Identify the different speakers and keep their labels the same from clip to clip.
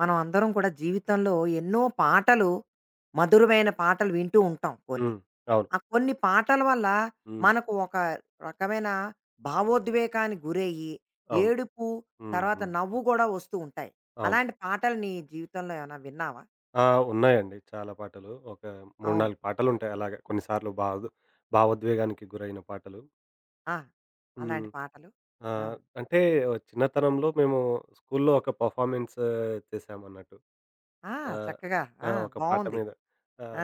Speaker 1: మనం అందరం కూడా జీవితంలో ఎన్నో పాటలు మధురమైన పాటలు వింటూ ఉంటాం కొన్ని.
Speaker 2: హ్మ్. అవును.
Speaker 1: ఆ కొన్ని పాటల వల్ల
Speaker 2: హ్మ్.
Speaker 1: మనకు ఒక రకమైన భావోద్వేగానికి గురయ్యి,
Speaker 2: అవును.
Speaker 1: ఏడుపు,
Speaker 2: హ్మ్.
Speaker 1: తర్వాత
Speaker 2: హ్మ్.
Speaker 1: నవ్వు గూడా వస్తూ ఉంటాయి.
Speaker 2: అవును.
Speaker 1: అలాంటి పాటలు నీ జీవితంలో ఏమైనా విన్నావా?
Speaker 2: ఆ! ఉన్నాయండి చాలా పాటలు. ఒక 3,
Speaker 1: అవును.
Speaker 2: 4 పాటలుంటాయి అలాగే. కొన్నిసార్లు భావోద్వేగానికి గురైన పాటలు.
Speaker 1: ఆ! అలాంటి
Speaker 2: హ్మ్.
Speaker 1: పాటలు. ఆ!
Speaker 2: ఆహ్, అంటే చిన్నతనంలో మేము స్కూల్లో ఒక పర్ఫార్మెన్స్ చేశామన్నట్టు.
Speaker 1: ఆ!
Speaker 2: ఆహ్,
Speaker 1: చక్కగా.
Speaker 2: ఆ!
Speaker 1: ఆ!
Speaker 2: ఒక పాట
Speaker 1: బావుంది.
Speaker 2: మీద.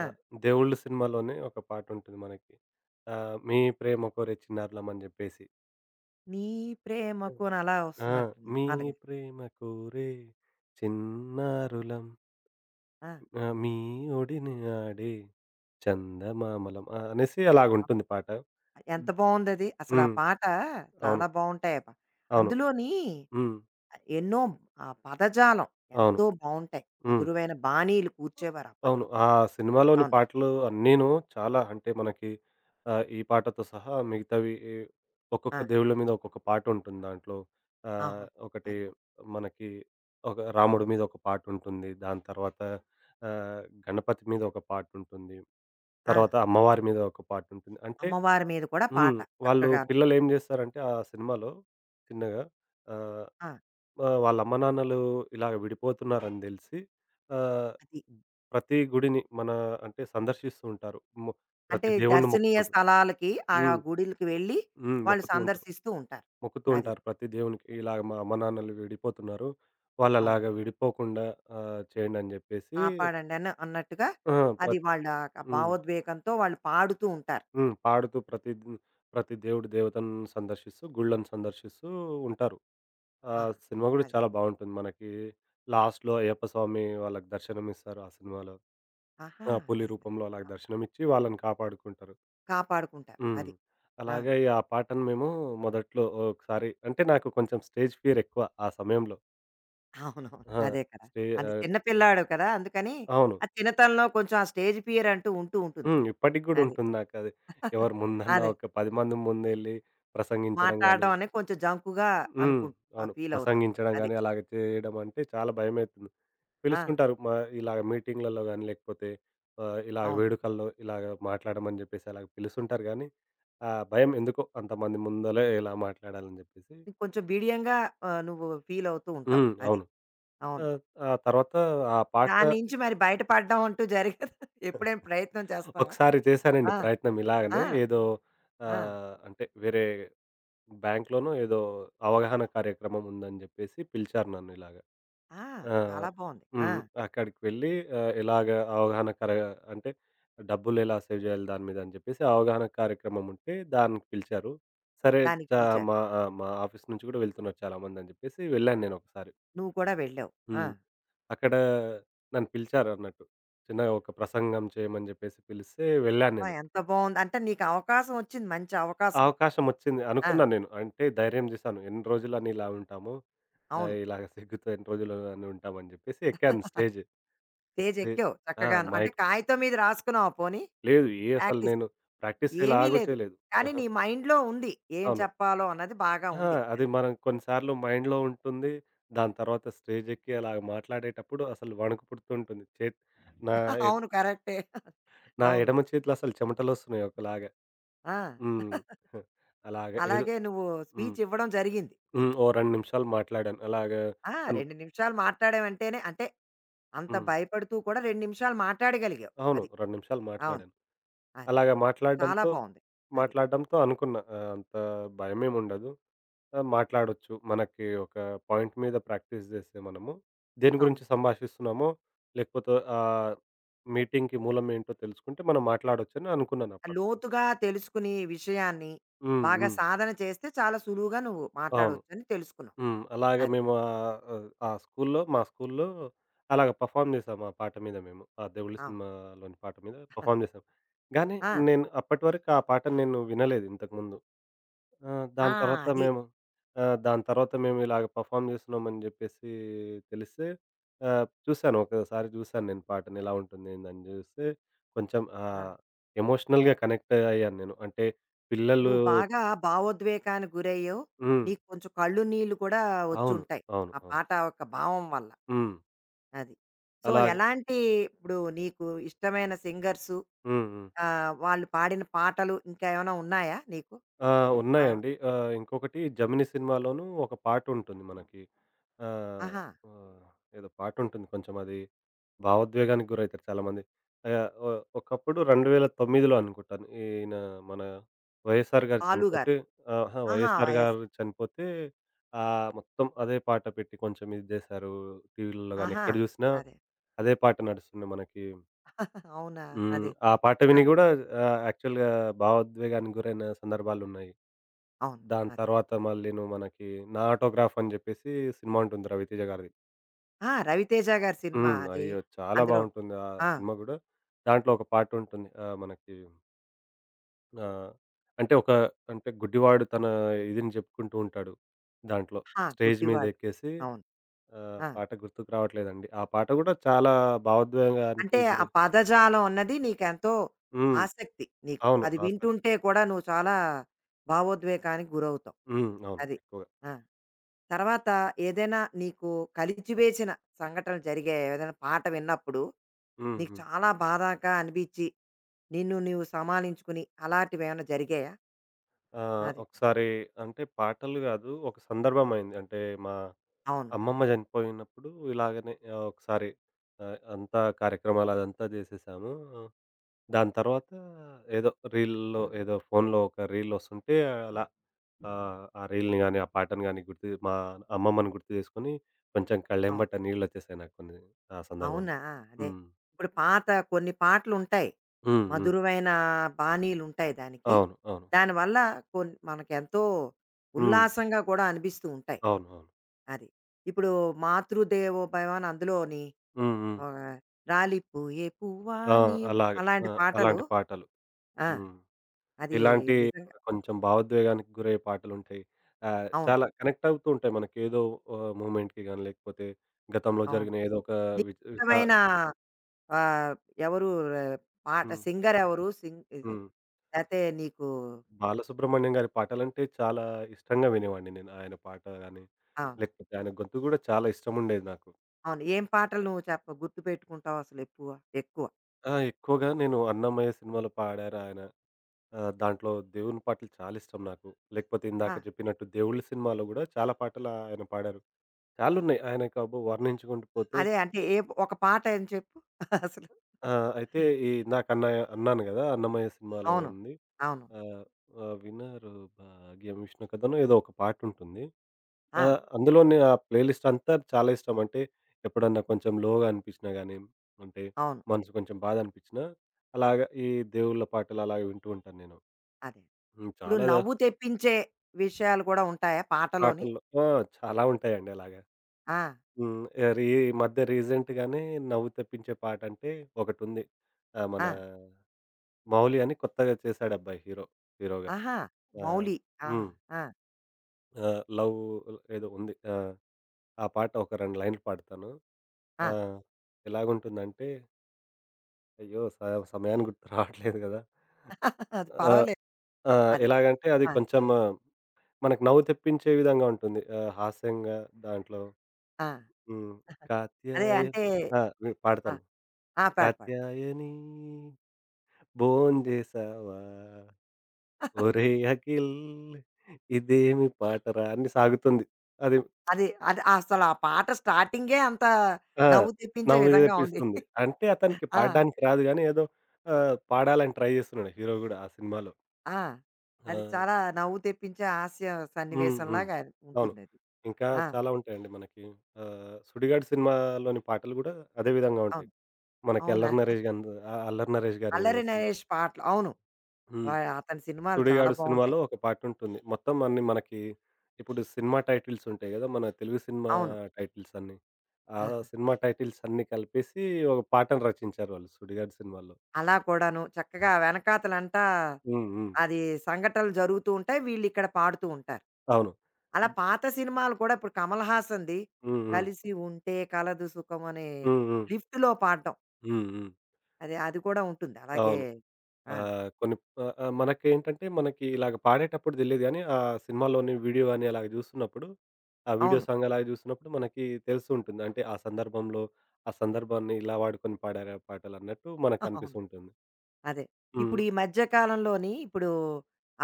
Speaker 1: ఆ!
Speaker 2: 'దేవుళ్ళు' సినిమాలోనే ఒక పాటుంటుంది మనకి. 'మీ ప్రేమ కోరే చిన్నారులం' అని జెప్పేసి.
Speaker 1: నీ
Speaker 2: హ్మ్.
Speaker 1: ప్రేమకునలా
Speaker 2: ఆ!
Speaker 1: వస్తున్నట్టుంది.
Speaker 2: మీ
Speaker 1: అందుకని.
Speaker 2: ప్రేమ కోరే చిన్నారులం
Speaker 1: ఆ!
Speaker 2: ఆ! మీవొడిని ఆడే చందమామలం ఆ! అనేసి అలాగుంటుంది పాట.
Speaker 1: ఎంత బావుందది. అసలు ఆ
Speaker 2: హ్మ్.
Speaker 1: పాట
Speaker 2: అవును.
Speaker 1: చాలా బావుంటాయి.
Speaker 2: అవును.
Speaker 1: అందులోని
Speaker 2: హ్మ్.
Speaker 1: ఎన్నో ఆ పదజాలం
Speaker 2: అవును.
Speaker 1: ఎంతో బావుంటాయి.
Speaker 2: హ్మ్.
Speaker 1: మధురమైన బాణీలు కూర్చేవారు
Speaker 2: అవును.
Speaker 1: అప్పట్లో.
Speaker 2: ఆ సినిమాలోని
Speaker 1: అవును.
Speaker 2: పాటలు అన్నీను చాలా అంటే మనకి ఈ పాటతో సహా మిగతావి ఒక్కొక్క
Speaker 1: ఆ!
Speaker 2: దేవుళ్ళ మీద ఒక్కొక్క పాటుంటుంది దాంట్లో.
Speaker 1: ఆహా!
Speaker 2: ఒకటి
Speaker 1: అది.
Speaker 2: మనకి ఒక రాముడి మీద ఒక పాటుంటుంది. దాని తర్వాత ఆహ్, గణపతి మీద ఒక పాటుంటుంది.
Speaker 1: ఆ!
Speaker 2: తర్వాత అమ్మవారి మీద ఒక పాటుంటుంది. అంటే.
Speaker 1: అమ్మవారి మీద కూడా పాట
Speaker 2: హ్మ్. వాళ్ళు
Speaker 1: చక్కగాను.
Speaker 2: పిల్లలేం జేస్తారంటే ఆ సినిమాలో చిన్నగా ఆహ్,
Speaker 1: ఆ!
Speaker 2: ఆహ్, వాళ్ళ అమ్మానాన్నలు ఇలాగ విడిపోతున్నారని దెలిసి ఆహ్,
Speaker 1: అది.
Speaker 2: ప్రతి గుడిని మన అంటే సందర్శిస్తూ ఉంటారు. మొ
Speaker 1: అంటే
Speaker 2: ప్రతి దేవుడిని
Speaker 1: దర్శనీయ
Speaker 2: మొక్కుకుంటూ.
Speaker 1: స్థలాలకి ఆ
Speaker 2: హ్మ్.
Speaker 1: గుడిలకి వెళ్ళి
Speaker 2: హ్మ్.
Speaker 1: వాళ్ళు
Speaker 2: మొక్కుతూ ఉంటారు.
Speaker 1: సందర్శిస్తూ ఉంటారు.
Speaker 2: మొక్కుతూ
Speaker 1: అది.
Speaker 2: ఉంటారు ప్రతి దేవునికి. ఇలాగ మా అమ్మానాన్నలు విడిపోతున్నారు.
Speaker 1: అవును.
Speaker 2: వాళ్ళలాగా విడిపోకుండా చేయండి అని జెప్పేసి
Speaker 1: కాపాడండి అని అన్నట్టుగా
Speaker 2: ఆ!
Speaker 1: అది
Speaker 2: ప్రత్
Speaker 1: వాళ్ళ ఆ
Speaker 2: హ్మ్.
Speaker 1: భావోద్వేగంతో వాళ్ళు పాడుతూ ఉంటారు.
Speaker 2: హ్మ్. పాడుతూ ప్రతి ప్రతి దేవుడి దేవతను సందర్శిస్తూ, గుళ్ళను సందర్శిస్తూ ఉంటారు. ఆ!
Speaker 1: ఆహా!
Speaker 2: సినిమా గూడా
Speaker 1: అది.
Speaker 2: చాలా బావుంటుంది. మనకి లాస్ట్‌లో అయ్యప్ప స్వామి వాళ్ళకి దర్శనం ఇస్తారు ఆ సినిమాలో.
Speaker 1: ఆహా!
Speaker 2: ఆ! పులి
Speaker 1: అదే. అదే.
Speaker 2: రూపంలో అలాగ దర్శనమిచ్చి వాళ్ళని కాపాడుకుంటారు.
Speaker 1: కాపాడుకుంటారు.
Speaker 2: హ్మ్.
Speaker 1: అది. ఆ!
Speaker 2: అలాగే ఆ పాటను మేము మొదట్లో ఒకసారి అంటే నాకు కొంచెం స్టేజ్ ఫియర్ ఎక్కువ ఆ సమయంలో.
Speaker 1: అవునవును.
Speaker 2: ఆ!
Speaker 1: అదే కదా!
Speaker 2: స్టే
Speaker 1: అది
Speaker 2: ఆహ్,
Speaker 1: చిన్న పిల్లాడు కదా! అందుకని
Speaker 2: అవును.
Speaker 1: ఆ చిన్నతనంలో కొంచెం ఆ స్టేజ్ ఫియర్ అంటూ ఉంటూ ఉంటుంది.
Speaker 2: హ్మ్. ఇప్పటికి గూడా
Speaker 1: అది.
Speaker 2: ఉంటుంది నాకది. ఎవరు ముందన్నా
Speaker 1: అదే.
Speaker 2: ఒక 10 మంది ముందెళ్ళి ప్రసంగించడం గాని.
Speaker 1: మాట్లాడడం అనేది కొంచెం జంకుగా
Speaker 2: హ్మ్.
Speaker 1: అనుకుం
Speaker 2: అవును.
Speaker 1: ఫీల్ అవుతాం.
Speaker 2: ప్రసంగించడం
Speaker 1: అది.
Speaker 2: గాని అలాగ చేయడం అంటే చాలా భయమైతుంది.
Speaker 1: ఆ!
Speaker 2: పిలుస్తుంటారు. ఇలాగ మీటింగ్‌లలో గాని, లేకపోతే ఇలాగ
Speaker 1: అవును.
Speaker 2: వేడుకల్లో ఇలాగ మాట్లాడమని జెప్పేసి అలాగ పిలుస్తుంటారు గానీ, ఆ భయం ఎందుకో అంతమంది ముందలే ఇలా మాట్లాడాలని జెప్పేసి.
Speaker 1: నీకు కొంచెం బిడియంగా నువ్వు ఫీల్ అవుతూ ఉంటావు.
Speaker 2: హ్మ్.
Speaker 1: అది.
Speaker 2: అవును.
Speaker 1: అవును.
Speaker 2: ఆహ్, ఆ తర్వాత ఆ పాట
Speaker 1: దాని నుంచి మరి బయట పడడం అంటూ జరిగేదా? ఎప్పుడైనా ప్రయత్నం చేస్తావా?
Speaker 2: ఒకసారి చేశానండి
Speaker 1: ఆ!
Speaker 2: ప్రయత్నం
Speaker 1: ఆ!
Speaker 2: ఇలాగనే. ఏదో
Speaker 1: ఆ!
Speaker 2: అంటే వేరే బ్యాంక్‌లోనో ఏదో అవగాహన కార్యక్రమం ఉందని జెప్పేసి పిలిచారు నన్ను ఇలాగ.
Speaker 1: ఆ!
Speaker 2: ఆ!
Speaker 1: చాలా బావుంది. ఆ!
Speaker 2: హ్మ్. అక్కడికి వెళ్ళి ఎలాగ అవగాహన అంటే డబ్బులెలా సేవ్ జేయాలి దాని మీద అని జెప్పేసి అవగాహన కార్యక్రమం ఉంటే దానికి పిలిచారు. సరే.
Speaker 1: దానికి
Speaker 2: చా
Speaker 1: పిలిచారు.
Speaker 2: ఆ! మా ఆఫీస్ నుంచి గూడా వెళ్తున్నారు చాలామందని జెప్పేసి వెళ్ళాను నేనొకసారి.
Speaker 1: నువ్వు కూడా వెళ్ళావు. ఆ!
Speaker 2: హ్మ్. అక్కడ నన్ను పిలిచారన్నట్టు. చిన్నగా ఒక ప్రసంగం చేయమని జెప్పేసి పిలిస్తే వెళ్ళాను
Speaker 1: అబ్బా!
Speaker 2: నేను.
Speaker 1: ఎంత బావుంది. అంటే నీకు అవకాశం వచ్చింది. మంచి అవకాశం.
Speaker 2: అవకాశమొచ్చింది
Speaker 1: ఆ!
Speaker 2: అనుకున్నాను నేను. అంటే ధైర్యం జేశాను. ఎన్ని రోజులని ఇలా ఉంటాము.
Speaker 1: అవును.
Speaker 2: ఇలాగ సిగ్గుతో ఎన్ని రోజులని ఉంటామని జెప్పేసి ఎక్కాను స్టేజ్.
Speaker 1: స్టేజ్
Speaker 2: స్టే
Speaker 1: ఎక్కావు
Speaker 2: ఆ!
Speaker 1: చక్కగాను. అంటే
Speaker 2: మైక్.
Speaker 1: కాగితం మీద రాసుకున్నావా పోనీ
Speaker 2: లేదు. అసలు
Speaker 1: ప్రాక్టీస్?
Speaker 2: నేను ప్రాక్టీస్
Speaker 1: ఏమీ
Speaker 2: ఎలాగూ
Speaker 1: లేదు.
Speaker 2: చేయలేదు.
Speaker 1: కానీ
Speaker 2: ఆహా!
Speaker 1: నీ మైండ్‌లో ఉంది. ఏం
Speaker 2: అవును.
Speaker 1: చెప్పాలో అన్నది బాగా
Speaker 2: ఆ!
Speaker 1: ఉంది.
Speaker 2: అది
Speaker 1: అది.
Speaker 2: మనం కొన్నిసార్లు మైండ్‌లో ఉంటుంది. దాని తర్వాత స్టేజ్ ఎక్కి అలాగ మాట్లాడేటప్పుడు అసలు వణుకు పుడుతూ ఉంటుంది. నా ఎడ్
Speaker 1: అవును. కరెక్టే.
Speaker 2: నా
Speaker 1: అవును.
Speaker 2: ఎడమ చేతిలో అసలు చెమటలొస్తున్నాయి ఒకలాగా.
Speaker 1: ఆ!
Speaker 2: హ్మ్. అలాగ ఏదో.
Speaker 1: అలాగే నువ్వు
Speaker 2: హ్మ్.
Speaker 1: స్పీచ్ ఇవ్వడం జరిగింది
Speaker 2: హ్మ్.
Speaker 1: నీకు.
Speaker 2: ఓ 2 నిమిషాలు మాట్లాడాను. అలాగా
Speaker 1: ఆ!
Speaker 2: అనుకు
Speaker 1: 2 నిమిషాలు మాట్లాడావంటేనే అంటే అంత
Speaker 2: హ్మ్.
Speaker 1: భయపడుతూ కూడా 2 నిమిషాలు మాట్లాడగలిగావు.
Speaker 2: అవును.
Speaker 1: అది.
Speaker 2: 2 నిమిషాలు
Speaker 1: అవును.
Speaker 2: మాట్లాడాను.
Speaker 1: అది.
Speaker 2: అలాగ
Speaker 1: చాలా
Speaker 2: మాట్లాడడంతో
Speaker 1: బావుంది. అది.
Speaker 2: మాట్లాడడంతో అనుకున్నా. అంత భయమేముండదు. మాట్లాడొచ్చు. మనకి ఒక పాయింట్ మీద ప్రాక్టీస్ జేస్తే మనము, దేని
Speaker 1: అవును.
Speaker 2: గురించి సంభాషిస్తున్నామో, లేకపోతే మీటింగ్‌కి మూలమేంటో తెలుసుకుంటే మనం మాట్లాడొచ్చని అనుకున్నానప్పట్లో.
Speaker 1: లోతుగా తెలుసుకుని విషయాన్ని
Speaker 2: హ్మ్.
Speaker 1: బాగా
Speaker 2: హ్మ్.
Speaker 1: సాధన చేస్తే చాలా సులువుగా నువ్వు
Speaker 2: అవును.
Speaker 1: మాట్లాడవచ్చని తెలుసుకున్నావు.
Speaker 2: హ్మ్. అలాగే
Speaker 1: అది.
Speaker 2: మేము ఆహ్, ఆహ్, ఆ స్కూల్లో మా స్కూల్లో అలాగ పెర్ఫార్మ్ జేశాము. ఆ పాట మీద మేము. ఆ 'దేవుడు'
Speaker 1: అవును.
Speaker 2: సినిమాలోని పాట మీద పెర్ఫార్మ్ జేశాం. గానీ
Speaker 1: ఆ!
Speaker 2: నేను అప్పటి వరకు ఆ పాటను నేను వినలేదు ఇంతకుముందు. ఆ!
Speaker 1: ఆ!
Speaker 2: దాని తర్వాత
Speaker 1: అది.
Speaker 2: మేము దాని తర్వాత మేము ఇలాగ పెర్ఫార్మ్ చేస్తున్నామని చెప్పేసి తెలిస్తే చూసాను ఒకసారి చూసాను నేను పాటని ఎలా ఉంటుంది ఏందని చూస్తే కొంచెం
Speaker 1: ఆ!
Speaker 2: ఎమోషనల్‌గా కనెక్ట్ అయ్యాను నేను. అంటే పిల్లలు.
Speaker 1: నువ్వు బాగా భావోద్వేగానికి గురయ్యావు.
Speaker 2: హ్మ్.
Speaker 1: నీకు కొంచెం కళ్ళు నీళ్ళు కూడా
Speaker 2: అవును.
Speaker 1: వచ్చుంటాయి.
Speaker 2: అవును.
Speaker 1: ఆ
Speaker 2: అవును.
Speaker 1: పాట యొక్క భావం వల్ల.
Speaker 2: హ్మ్.
Speaker 1: అది. సో,
Speaker 2: అలాగే.
Speaker 1: ఎలాంటి ఇప్పుడు నీకు ఇష్టమైన సింగర్సు
Speaker 2: హ్మ్. హ్మ్.
Speaker 1: వాళ్ళు పాడిన పాటలు ఇంకా ఏమైనా ఉన్నాయా నీకు?
Speaker 2: ఆ!
Speaker 1: ఆ!
Speaker 2: ఉన్నాయండి. ఇంకొకటి 'జమినీ' సినిమాలోనూ ఒక పాటుంటుంది మనకి. ఆహ్,
Speaker 1: ఆహా!
Speaker 2: ఆహ్, ఏదో పాటుంటుంది కొంచెం అది భావోద్వేగానికి గురవుతారు చాలామంది. ఆహ్, ఒ ఒకప్పుడు 2009లో అనుకుంటాను. ఈయన మన వైఎస్ఆర్ గారు
Speaker 1: 'బాలు' గారు.
Speaker 2: చనిపోతే. అహా!
Speaker 1: ఆహా!
Speaker 2: వైఎస్ఆర్
Speaker 1: వైఎస్
Speaker 2: గారు
Speaker 1: గారు,
Speaker 2: చనిపోతే మొత్తం అదే పాట పెట్టి కొంచెం ఇది చేశారు. టీవీలలో గాని
Speaker 1: ఆహా!
Speaker 2: ఎక్కడ చూసినా
Speaker 1: అదే.
Speaker 2: అదే పాట నడుస్తుంది మనకి.
Speaker 1: అవునా!
Speaker 2: హ్మ్.
Speaker 1: అదే.
Speaker 2: ఆ పాట
Speaker 1: ఆ!
Speaker 2: విని గూడా యాక్చువల్‌గా భావోద్వేగానికి గురైన సందర్భాలున్నాయి.
Speaker 1: అవును.
Speaker 2: దాని
Speaker 1: అదే.
Speaker 2: తర్వాత మళ్ళీను మనకి 'నా ఆటోగ్రాఫ్' అని జెప్పేసి సినిమా ఉంటుంది 'రవితేజ' గారిది.
Speaker 1: ఆ! 'రవితేజ' గారి సినిమా
Speaker 2: హ్మ్.
Speaker 1: అది.
Speaker 2: అయ్యో! చాలా
Speaker 1: అందులో
Speaker 2: బావుంటుంది ఆ
Speaker 1: ఆ!
Speaker 2: సినిమా గూడా. దాంట్లో ఒక పాటుంటుంది. మనకి ఆహ్, అంటే ఒక అంటే గుడ్డివాడు తన ఇదిని జెప్పుకుంటూ ఉంటాడు దాంట్లో.
Speaker 1: ఆ!
Speaker 2: స్టేజ్
Speaker 1: 'గుడ్డివాడు.'
Speaker 2: మీదెక్కేసి
Speaker 1: అవును. ఆ!
Speaker 2: పాట గుర్తుకు రావట్లేదండి. ఆ పాట గూడా చాలా భావోద్వేగానికి
Speaker 1: అంటే ఆ
Speaker 2: గురై.
Speaker 1: పదజాలం అన్నది నీకెంతో
Speaker 2: హ్మ్.
Speaker 1: ఆసక్తి నీకు.
Speaker 2: అవును.
Speaker 1: అది
Speaker 2: ఆసక్తి.
Speaker 1: వింటుంటే కూడా నువ్వు చాలా భావోద్వేగానికి గురవుతావు.
Speaker 2: హ్మ్. అవును.
Speaker 1: అది.
Speaker 2: ఎక్కువగా.
Speaker 1: ఆ! తర్వాత ఏదైనా నీకు కలిచివేసిన సంఘటనలు జరిగాయా? ఏదైనా పాట విన్నప్పుడు
Speaker 2: హ్మ్.
Speaker 1: నీకు
Speaker 2: హ్మ్.
Speaker 1: చాలా బాధాగా అనిపిచ్చి, నిన్ను నీవు సమాలించుకుని అలాంటివేమైనా జరిగాయా?
Speaker 2: ఆ!
Speaker 1: అది.
Speaker 2: ఒకసారి అంటే పాటలు గాదు. ఒక సందర్భమైంది. అంటే మా
Speaker 1: అవును.
Speaker 2: అమ్మమ్మ చనిపోయినప్పుడు ఇలాగనే ఒకసారి అంతా కార్యక్రమాలు అదంతా జేసేసాము. దాని తర్వాత ఏదో రీల్‌లో ఏదో ఫోన్‌లో ఒక రీల్ వస్తుంటే అలా ఆ రీల్‌ని గాని, ఆ పాటను గాని గుర్తు మా అమ్మమ్మని గుర్తు చేసుకొని కొంచెం
Speaker 1: అవును.
Speaker 2: కళ్ళెంబట నీళ్ళొచ్చేసాయి నాకు కొన్ని ఆ సందర్భంలో.
Speaker 1: అవునా! అదే.
Speaker 2: హ్మ్.
Speaker 1: ఇప్పుడు పాత కొన్ని పాటలుంటాయి.
Speaker 2: హ్మ్. హ్మ్.
Speaker 1: మధురమైన బాణీలుంటాయి దానికి.
Speaker 2: అవును. అవును.
Speaker 1: దానివల్ల మనకెంతో
Speaker 2: హ్మ్.
Speaker 1: ఉల్లాసంగా కూడా అనిపిస్తూ ఉంటాయి.
Speaker 2: అవును. అవును.
Speaker 1: అది. ఇప్పుడు 'మాతృదేవోభవ' అని అందులోని
Speaker 2: హ్మ్. హ్మ్.
Speaker 1: ఆహ్, 'రాలిపోయే పువ్వా
Speaker 2: ఆ!
Speaker 1: నీవు'
Speaker 2: అలాగే. ఆ!
Speaker 1: అలాంటి పాటలు
Speaker 2: అలాంటి పాటలు.
Speaker 1: ఆ!
Speaker 2: హ్మ్.
Speaker 1: అది
Speaker 2: ఇలాంటి
Speaker 1: నిజంగా
Speaker 2: కొంచెం భావోద్వేగానికి గురయ్యే పాటలుంటాయి.
Speaker 1: అవును.
Speaker 2: చాలా కనెక్ట్ అవుతూ ఉంటాయి మనకి ఏదో మూమెంట్‌కి గాని, లేకపోతే గతంలో
Speaker 1: అవును.
Speaker 2: జరిగిన ఏదో ఒక వి విస
Speaker 1: నీకిష్టమైన ఆహ్, ఎవరు ఆ, పాట
Speaker 2: హ్మ్.
Speaker 1: సింగరెవరు? సింగ్ ఇది
Speaker 2: హ్మ్.
Speaker 1: లేతే నీకు
Speaker 2: బాలసుబ్రహ్మణ్యం గారి పాటలంటే చాలా ఇష్టంగా వినేవాడిని నేను. ఆయన పాట గాని,
Speaker 1: ఆ!
Speaker 2: లేకపోతే ఆయన గొంతు గూడా చాలా ఇష్టముండేది నాకు.
Speaker 1: అవును. ఏం పాటలు నువ్వు చెప్ప గుర్తుపెట్టుకుంటావు అసలు ఎక్కువ? ఎక్కువ.
Speaker 2: ఆ! ఎక్కువగా నేను 'అన్నమయ్య' సినిమాలో పాడారు ఆయన. దాంట్లో దేవుని పాటలు చాలా ఇష్టం నాకు. లేకపోతే
Speaker 1: ఆ!
Speaker 2: ఇందాక చెప్పినట్టు 'దేవుళ్ళు' సినిమాలో గూడా చాలా పాటలు ఆయన పాడారు. చాలున్నాయి ఆయనకబ్బో వర్ణించుకుంటూ పోతే.
Speaker 1: అదే అంటే ఏ ఒక పాట ఏం చెప్పు? అసలు.
Speaker 2: ఆ! అయితే ఇందాకన్నా అన్నాను గదా! 'అన్నమయ్య' సినిమాలో
Speaker 1: అవును.
Speaker 2: ఉంది.
Speaker 1: అవును.
Speaker 2: ఆహ్, ఆహ్, 'వినరు భాగ్యం విష్ణు కథనో' ఏదో ఒక పాటుంటుంది.
Speaker 1: ఆ!
Speaker 2: అందులోని ఆ ప్లేలిస్ట్ అంతా చాలా ఇష్టం. అంటే ఎప్పుడన్నా కొంచెం లోగా అనిపించినా గానీ, అంటే
Speaker 1: అవును.
Speaker 2: మనసు కొంచెం బాధ అనిపించినా, అలాగా ఈ దేవుళ్ళ పాటలు అలాగే వింటూ ఉంటాను నేను.
Speaker 1: అదే.
Speaker 2: హ్మ్.
Speaker 1: ఇప్పుడు
Speaker 2: చాలా
Speaker 1: నవ్వు తెప్పించే విషయాలు కూడా ఉంటాయా పాటలోని?
Speaker 2: పాటలు. ఆ! చాలా ఉంటాయండి అలాగా.
Speaker 1: ఆ!
Speaker 2: హ్మ్. ఈ మధ్య రీసెంట్‌గానే నవ్వు తెప్పించే పాటంటే ఒకటుంది. మన
Speaker 1: ఆ!
Speaker 2: 'మౌలి' అని కొత్తగా చేశాడు అబ్బాయి హీరోగా.
Speaker 1: ఆహా!
Speaker 2: ఆ!
Speaker 1: మౌలి. ఆహా!
Speaker 2: హ్మ్.
Speaker 1: ఆ!
Speaker 2: లవ్ ఏదో ఉంది. ఆ! ఆ పాట ఒక 2 లైన్లు పాడతాను. ఆ!
Speaker 1: ఆ!
Speaker 2: ఎలాగుంటుందంటే అయ్యో! సమయానికి గుర్తు రావట్లేదు గదా!
Speaker 1: అది
Speaker 2: ఆ!
Speaker 1: పర్వాలేదు.
Speaker 2: ఆ!
Speaker 1: అది.
Speaker 2: ఎలాగంటే అది
Speaker 1: ఆ!
Speaker 2: కొంచెం ఆ, మనకు నవ్వు తెప్పించే విధంగా ఉంటుంది. హాస్యంగా దాంట్లో.
Speaker 1: ఆ!
Speaker 2: హ్మ్.
Speaker 1: అదే
Speaker 2: కాత్యాయ
Speaker 1: అంటే
Speaker 2: ఆ!
Speaker 1: ఆ!
Speaker 2: పాడతాను.
Speaker 1: ఆ! పాడు, పాడు.
Speaker 2: కాత్యాయని భోంచేసావా ఒరేయ్ అఖిల్ ఇదేమి పాటరా! అని సాగుతుంది. అది
Speaker 1: అది అది అసలు ఆ పాట స్టార్టింగే అంత
Speaker 2: ఆ!
Speaker 1: నవ్వు తెప్పించే
Speaker 2: నవ్వు
Speaker 1: విధంగా ఉంది.
Speaker 2: తెప్పిస్తుంది. అంటే అతనికి
Speaker 1: ఆ!
Speaker 2: పాడడానికి రాదు గానీ ఏదో పాడాలని ట్రై చేస్తున్నాడు హీరో గూడా ఆ సినిమాలో.
Speaker 1: ఆ!
Speaker 2: ఆ!
Speaker 1: అది చాలా నవ్వు తెప్పించే హాస్య
Speaker 2: హ్మ్. హ్మ్.
Speaker 1: సన్నివేశంలాగా
Speaker 2: అవును.
Speaker 1: ఉంటుందది.
Speaker 2: ఇంకా
Speaker 1: ఆ!
Speaker 2: చాలా ఉంటాయండి మనకి. 'సుడిగాడు' సినిమాలోని పాటలు గూడా అదే విధంగా ఉంటాయి.
Speaker 1: అవును.
Speaker 2: మనకి
Speaker 1: అవునా?
Speaker 2: అల్లరి నరేష్ గాని అల్లరి నరేష్ గారి
Speaker 1: 'అల్లరి
Speaker 2: సిన్
Speaker 1: నరేష్' పాటలు అవును.
Speaker 2: హ్మ్.
Speaker 1: వ అతని సినిమాలు చాలా
Speaker 2: 'సుడిగాడు'
Speaker 1: బావుంటాయి.
Speaker 2: సినిమాలో ఒక పాటుంటుంది. మొత్తం అన్ని మనకి ఇప్పుడు సినిమా టైటిల్స్ ఉంటాయి గదా! మన తెలుగు సినిమా
Speaker 1: అవును.
Speaker 2: టైటిల్స్ అన్నీ. ఆ
Speaker 1: ఆహా!
Speaker 2: సినిమా టైటిల్స్ అన్నీ కలిపేసి ఒక పాటను రచించారు వాళ్ళు 'సుడిగాడు' సినిమాలో.
Speaker 1: అలా కూడాను చక్కగా వెనకాతలంటా
Speaker 2: హ్మ్. హ్మ్.
Speaker 1: అది సంఘటనలు జరుగుతూ ఉంటాయి. వీళ్ళిక్కడ పాడుతూ ఉంటారు.
Speaker 2: అవును.
Speaker 1: అలా
Speaker 2: హ్మ్.
Speaker 1: పాత సినిమాలు కూడా ఇప్పుడు కమల్ హాసన్‌ది
Speaker 2: హ్మ్. హ్మ్.
Speaker 1: 'కలిసి ఉంటే కలదు సుఖం' అనే
Speaker 2: హ్మ్.
Speaker 1: లిఫ్ట్‌లో పాడడం.
Speaker 2: హ్మ్. హ్మ్.
Speaker 1: అది అది కూడా ఉంటుంది. అలాగే
Speaker 2: అవును.
Speaker 1: ఆ!
Speaker 2: ఆ! కొన్ని ఆహ్, ఆహ్, మనకేంటంటే మనకి ఇలాగ పాడేటప్పుడు తెలీదు గానీ, ఆ సినిమాలోని వీడియో గాని అలాగ జూస్తున్నప్పుడు, ఆ వీడియో
Speaker 1: అవును.
Speaker 2: సాంగ్ అలాగ జూస్తున్నప్పుడు మనకి తెలుస్తూ ఉంటుంది. అంటే ఆ సందర్భంలో, ఆ సందర్భాన్ని ఇలా వాడుకొని పాడారు ఆ పాటలన్నట్టు
Speaker 1: అవును.
Speaker 2: మనకనిపిస్తూ ఉంటుంది.
Speaker 1: అదే. ఇప్పుడు
Speaker 2: హ్మ్.
Speaker 1: ఈ మధ్య కాలంలోని ఇప్పుడు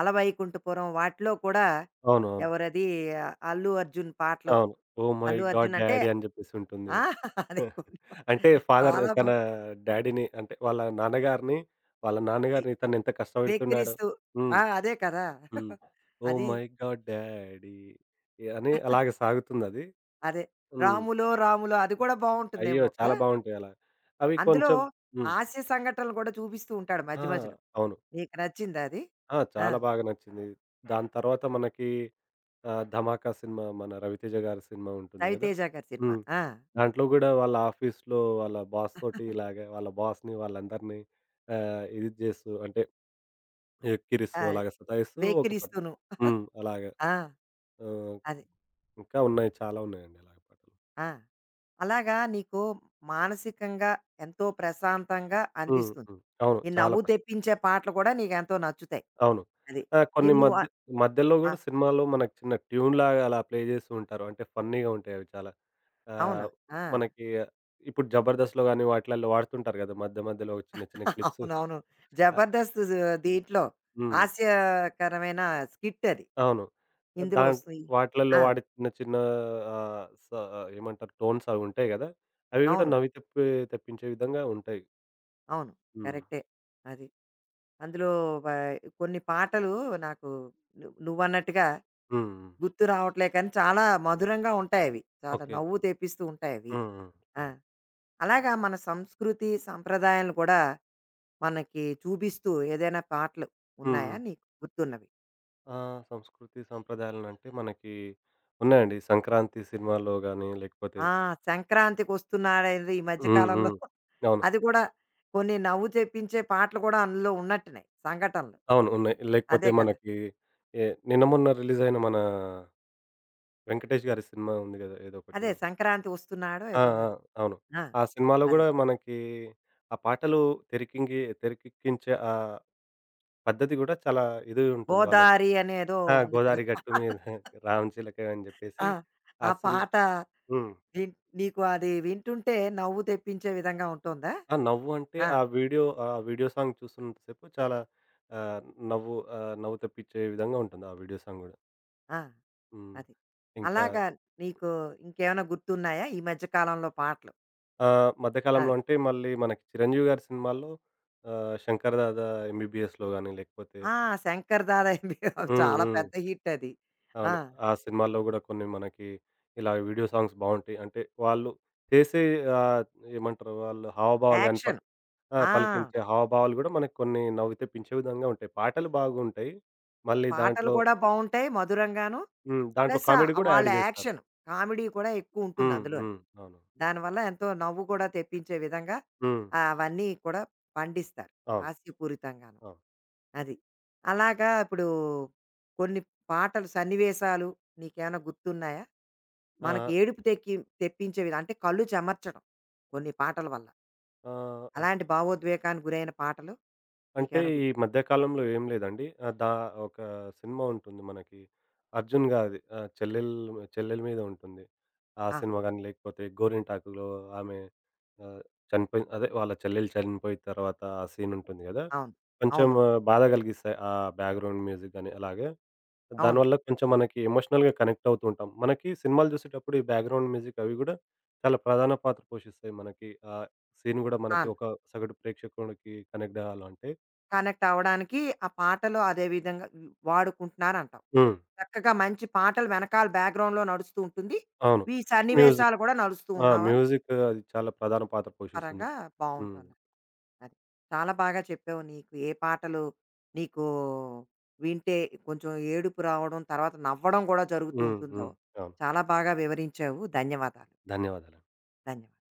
Speaker 1: అలవైకుంఠపురం వాటిలో కూడా
Speaker 2: అవునవును.
Speaker 1: ఎవరది ఆ, అల్లు అర్జున్ పాటలు.
Speaker 2: అవును. Oh my
Speaker 1: Allu
Speaker 2: god
Speaker 1: Arjun అంటే
Speaker 2: డాడీ అని జెప్పేసి ఉంటుంది.
Speaker 1: ఆ! అదే కొన్ని పా-
Speaker 2: అంటే ఫాదర్‌ని
Speaker 1: చాలా
Speaker 2: తన
Speaker 1: భక్తి
Speaker 2: డాడీని అంటే వాళ్ళ నాన్నగారిని, వాళ్ళ నాన్నగారిని తనెంత కష్టపెడుతున్నాడో.
Speaker 1: వెక్కిరిస్తూ
Speaker 2: హ్మ్.
Speaker 1: ఆ! అదే కదా!
Speaker 2: హ్మ్. ఓహ్
Speaker 1: అది
Speaker 2: మై గాడ్ డాడీ! అని అలాగే సాగుతుందది.
Speaker 1: అదే.
Speaker 2: హ్మ్.
Speaker 1: 'రాములో రాములో' అది కూడా
Speaker 2: అయ్యో!
Speaker 1: బావుంటుందేమో కదా!
Speaker 2: చాలా బావుంటాయి అలా. అవి
Speaker 1: అందులో
Speaker 2: కొంచెం. హ్మ్.
Speaker 1: హాస్య సంఘటనలు కూడా చూపిస్తూ ఉంటాడు
Speaker 2: ఆ!
Speaker 1: మధ్య మధ్యలో.
Speaker 2: అవును.
Speaker 1: నీకు నచ్చిందా అది?
Speaker 2: ఆ!
Speaker 1: ఆ!
Speaker 2: చాలా బాగా నచ్చింది. దాని తర్వాత మనకి 'ధమాకా' సినిమా మన రవితేజ గారి సినిమా ఉంటుంది గదా!
Speaker 1: రవితేజ గారి సినిమా.
Speaker 2: హ్మ్.
Speaker 1: ఆ!
Speaker 2: దాంట్లో గూడా వాళ్ళ ఆఫీస్‌లో వాళ్ళ బాస్ తోటి ఇలాగే వాళ్ళ బాస్‌ని వాళ్ళందరినీ ఇది జేస్తూ అంటే
Speaker 1: ఆ!
Speaker 2: ఎక్కిరిస్తూ అలాగే సతాయిస్తూ ఒక పాట.
Speaker 1: వెక్కిరిస్తూను.
Speaker 2: హ్మ్. అలాగే.
Speaker 1: ఆ!
Speaker 2: ఆహ్,
Speaker 1: అది.
Speaker 2: ఇంకా ఉన్నాయి చాలా ఉన్నాయండి అలాగే పాటలు.
Speaker 1: ఆ! అలాగా నీకు మానసికంగా ఎంతో ప్రశాంతంగా
Speaker 2: హ్మ్.
Speaker 1: అనిపిస్తుంది.
Speaker 2: హ్మ్. అవును.
Speaker 1: ఈ
Speaker 2: చాలా
Speaker 1: నవ్వు తెప్పించే పాటలు కూడా నీకెంతో నచ్చుతాయి.
Speaker 2: అవును.
Speaker 1: అది. ఈ
Speaker 2: కొన్ని
Speaker 1: నువ్వు
Speaker 2: మధ్య మధ్యలో
Speaker 1: ఆ!
Speaker 2: గూడా సినిమాలో మనకు చిన్న ట్యూన్‌లాగా అలా ప్లే జేస్తూ ఉంటారు. అంటే ఫన్నీగా ఉంటాయి అవి చాలా.
Speaker 1: అవును.
Speaker 2: ఆహ్,
Speaker 1: ఆ!
Speaker 2: మనకి ఇప్పుడు 'జబర్దస్త్‌లో' గాని వాటిలల్లో వాడుతుంటారు గదా! మధ్య మధ్యలో చిన్న చిన్న క్లిప్స్.
Speaker 1: అవునవును.
Speaker 2: ఆహ్,
Speaker 1: 'జబర్దస్త్' దీంట్లో
Speaker 2: హ్మ్.
Speaker 1: హాస్యకరమైన స్కిట్ అది.
Speaker 2: అవును.
Speaker 1: ఇందులో
Speaker 2: దాన్
Speaker 1: వస్తాయి.
Speaker 2: వాటిలల్లో
Speaker 1: ఆ!
Speaker 2: వాడే చిన్న చిన్న ఆహ్, స ఏమంటారు టోన్స్ అవి ఉంటాయి గదా! అవి గూడా
Speaker 1: అవును.
Speaker 2: నవ్వి తెప్పించే విధంగా ఉంటాయి.
Speaker 1: అవును.
Speaker 2: హ్మ్.
Speaker 1: కరెక్టే. అది. అందులో వ కొన్ని పాటలు నాకు నువ్వన్నట్టుగా
Speaker 2: హ్మ్. హ్మ్.
Speaker 1: గుర్తు రావట్లే కానీ చాలా మధురంగా ఉంటాయవి. చాలా
Speaker 2: ఓకే.
Speaker 1: నవ్వు తెప్పిస్తూ ఉంటాయవి.
Speaker 2: హ్మ్. హ్మ్.
Speaker 1: ఆ!
Speaker 2: అవును.
Speaker 1: అలాగా మన సంస్కృతి, సంప్రదాయాలను కూడా మనకి చూపిస్తూ ఏదైనా పాటలు
Speaker 2: హ్మ్.
Speaker 1: ఉన్నాయా
Speaker 2: హ్మ్.
Speaker 1: నీకు గుర్తున్నవి?
Speaker 2: ఆ! సంస్కృతి సంప్రదాయాలనంటే మనకి ఉన్నాయండి. 'సంక్రాంతి' సినిమాలో గాని లేకపోతే.
Speaker 1: ఆ! సంక్రాంతికొస్తున్నాడేదో ఈ మధ్య
Speaker 2: హ్మ్.
Speaker 1: కాలంలో
Speaker 2: హ్మ్. అవును.
Speaker 1: అది కూడా కొన్ని నవ్వు తెప్పించే పాటలు కూడా అందులో ఉన్నట్టున్నాయి సంఘటనలు.
Speaker 2: అవును. ఉన్నాయి.
Speaker 1: అదే
Speaker 2: లేకపోతే
Speaker 1: కదా!
Speaker 2: మనకి ఏ నిన్న మొన్న రిలీజ్ అయిన మన 'వెంకటేష్' గారి సినిమా ఉంది గదా! ఏదో ఒకటి
Speaker 1: అదే
Speaker 2: ఉంది.
Speaker 1: సంక్రాంతి వస్తున్నాడో
Speaker 2: ఆ! ఆ!
Speaker 1: ఏదోనది.
Speaker 2: అవును.
Speaker 1: ఆ!
Speaker 2: ఆ సినిమాలో
Speaker 1: అదే.
Speaker 2: గూడా మనకి ఆ పాటలు తెరకెక్కించే ఆ పద్ధతి గూడా చాలా ఇది ఉంటుంది వాళ్ళది.
Speaker 1: 'గోదారి' అనేదో
Speaker 2: ఆ!
Speaker 1: ఉంది కదా!
Speaker 2: 'గోదారి గట్టు మీద రామచిలక' అని జెప్పేసి
Speaker 1: ఆ! ఆ
Speaker 2: ఆ సినిమా.
Speaker 1: పాట
Speaker 2: హ్మ్.
Speaker 1: విన్ నీకు అది వింటుంటే నవ్వు తెప్పించే విధంగా ఉంటుందా?
Speaker 2: ఆ! నవ్వు అంటే
Speaker 1: ఆ!
Speaker 2: ఆ వీడియో సాంగ్ చూస్తున్నంత సేపు చాలా ఆహ్, నవ్వు తెప్పించే విధంగా ఉంటుంది ఆ వీడియో సాంగ్ గూడా.
Speaker 1: ఆ!
Speaker 2: హ్మ్.
Speaker 1: అది.
Speaker 2: ఇంకా.
Speaker 1: అలాగా నీకు ఇంకేమైనా గుర్తున్నాయా ఈ మధ్య కాలంలో పాటలు?
Speaker 2: మధ్య కాలంలో
Speaker 1: అదే.
Speaker 2: అంటే మళ్ళీ మనకి 'చిరంజీవి' గారి సినిమాల్లో 'శంకర్ దాదా ఎంబీబీఎస్‌లో' గాని లేకపోతే.
Speaker 1: ఆ! 'శంకర్ దాదా ఎన్‌టీఆర్'
Speaker 2: హ్మ్.
Speaker 1: చాలా
Speaker 2: హ్మ్.
Speaker 1: పెద్ద హిట్ అది. ఆ!
Speaker 2: అవును. ఆ సినిమాల్లో గూడా కొన్ని మనకి ఇలా వీడియో సాంగ్స్ బావుంటాయి. అంటే వాళ్ళు చేసే ఆహ్, ఏమంటారు వాళ్ళు హావభావాలు గాని
Speaker 1: యాక్షన్.
Speaker 2: ఆ!
Speaker 1: ఆ!
Speaker 2: పలికించే హావభావాలు గూడా మనకు కొన్ని నవ్వు తెప్పించే విధంగా ఉంటాయి. పాటలు బాగుంటాయి. మళ్ళీ
Speaker 1: పాటలు
Speaker 2: దాంట్లో.
Speaker 1: కూడా బావుంటాయి మధురంగాను.
Speaker 2: హ్మ్. దాంట్లో
Speaker 1: ప్లస్
Speaker 2: కామెడీ గూడా
Speaker 1: వాళ్ళ
Speaker 2: యాడ్ జేస్తారు.
Speaker 1: యాక్షన్, కామెడీ కూడా ఎక్కువుంటుంది
Speaker 2: హ్మ్.
Speaker 1: అందులోని.
Speaker 2: హ్మ్. అవును.
Speaker 1: దానివల్ల ఎంతో నవ్వు కూడా తెప్పించే విధంగా
Speaker 2: హ్మ్.
Speaker 1: అవన్నీ కూడా పండిస్తారు
Speaker 2: అవును.
Speaker 1: హాస్యపూరితంగాను.
Speaker 2: అవును.
Speaker 1: అది. అలాగా ఇప్పుడు కొన్ని పాటలు సన్నివేశాలు నీకేమైనా గుర్తున్నాయా? మనకి
Speaker 2: ఆహ్,
Speaker 1: ఏడుపు తెప్పించే విధం అంటే కళ్ళు చెమర్చడం కొన్ని పాటల వల్ల.
Speaker 2: ఆహ్,
Speaker 1: అలాంటి భావోద్వేగానికి గురైన పాటలు
Speaker 2: అంటే
Speaker 1: నీకేమైనా
Speaker 2: ఈ
Speaker 1: గుర్తు
Speaker 2: మధ్య కాలంలో ఏం లేదండి. ఒక సినిమా ఉంటుంది మనకి 'అర్జున్' గారిది చెల్లెల మీద ఉంటుంది. ఆ
Speaker 1: ఆ!
Speaker 2: సినిమా గాని, లేకపోతే 'గోరింటాకులో' ఆమె ఆహ్, చనిపోయి అదే వాళ్ళ చెల్లెలు చనిపోయిన తర్వాత ఆ సీన్ ఉంటుంది గదా!
Speaker 1: అవును.
Speaker 2: కొంచెం
Speaker 1: అవునవును.
Speaker 2: ఆ, బాధ కలిగిస్తాయి. ఆ బ్యాక్‌గ్రౌండ్ మ్యూజిక్ గాని అలాగే.
Speaker 1: అవును.
Speaker 2: దానివల్ల కొంచెం మనకి ఎమోషనల్‌గా కనెక్ట్ అవుతూ ఉంటాం. మనకి సినిమాలు చూసేటప్పుడు ఈ బ్యాక్‌గ్రౌండ్ మ్యూజిక్ అవి గూడా చాలా ప్రధాన పాత్ర పోషిస్తాయి మనకి. ఆ సీన్ గూడా మనకి
Speaker 1: అవును.
Speaker 2: ఒక సగటు ప్రేక్షకుడికి కనెక్ట్ గావాలంటే.
Speaker 1: కనెక్ట్ అవ్వడానికి ఆ పాటలు అదే విధంగా వాడుకుంటున్నారంటావు.
Speaker 2: హ్మ్.
Speaker 1: చక్కగా మంచి పాటలు వెనకాల బ్యాక్‌గ్రౌండ్‌లో నడుస్తూ ఉంటుంది.
Speaker 2: అవును.
Speaker 1: ఈ
Speaker 2: మ్యూజిక్.
Speaker 1: సన్నివేశాలు కూడా నడుస్తూ
Speaker 2: ఆ!
Speaker 1: ఉన్నావని
Speaker 2: మ్యూజిక్ అది చాలా ప్రధాన పాత్ర పోషిస్తుంది.
Speaker 1: పరంగా
Speaker 2: హ్మ్.
Speaker 1: బావుంటుంది. అది. చాలా బాగా చెప్పావు. నీకు ఏ పాటలు నీకు వింటే కొంచెం ఏడుపు రావడం, తర్వాత నవ్వడం కూడా జరుగుతూ
Speaker 2: హ్మ్.
Speaker 1: ఉంటుందో,
Speaker 2: హ్మ్. అవును.
Speaker 1: చాలా బాగా వివరించావు. ధన్యవాదాలు.
Speaker 2: ధన్యవాదాలండి.
Speaker 1: ధన్యవాదాలు.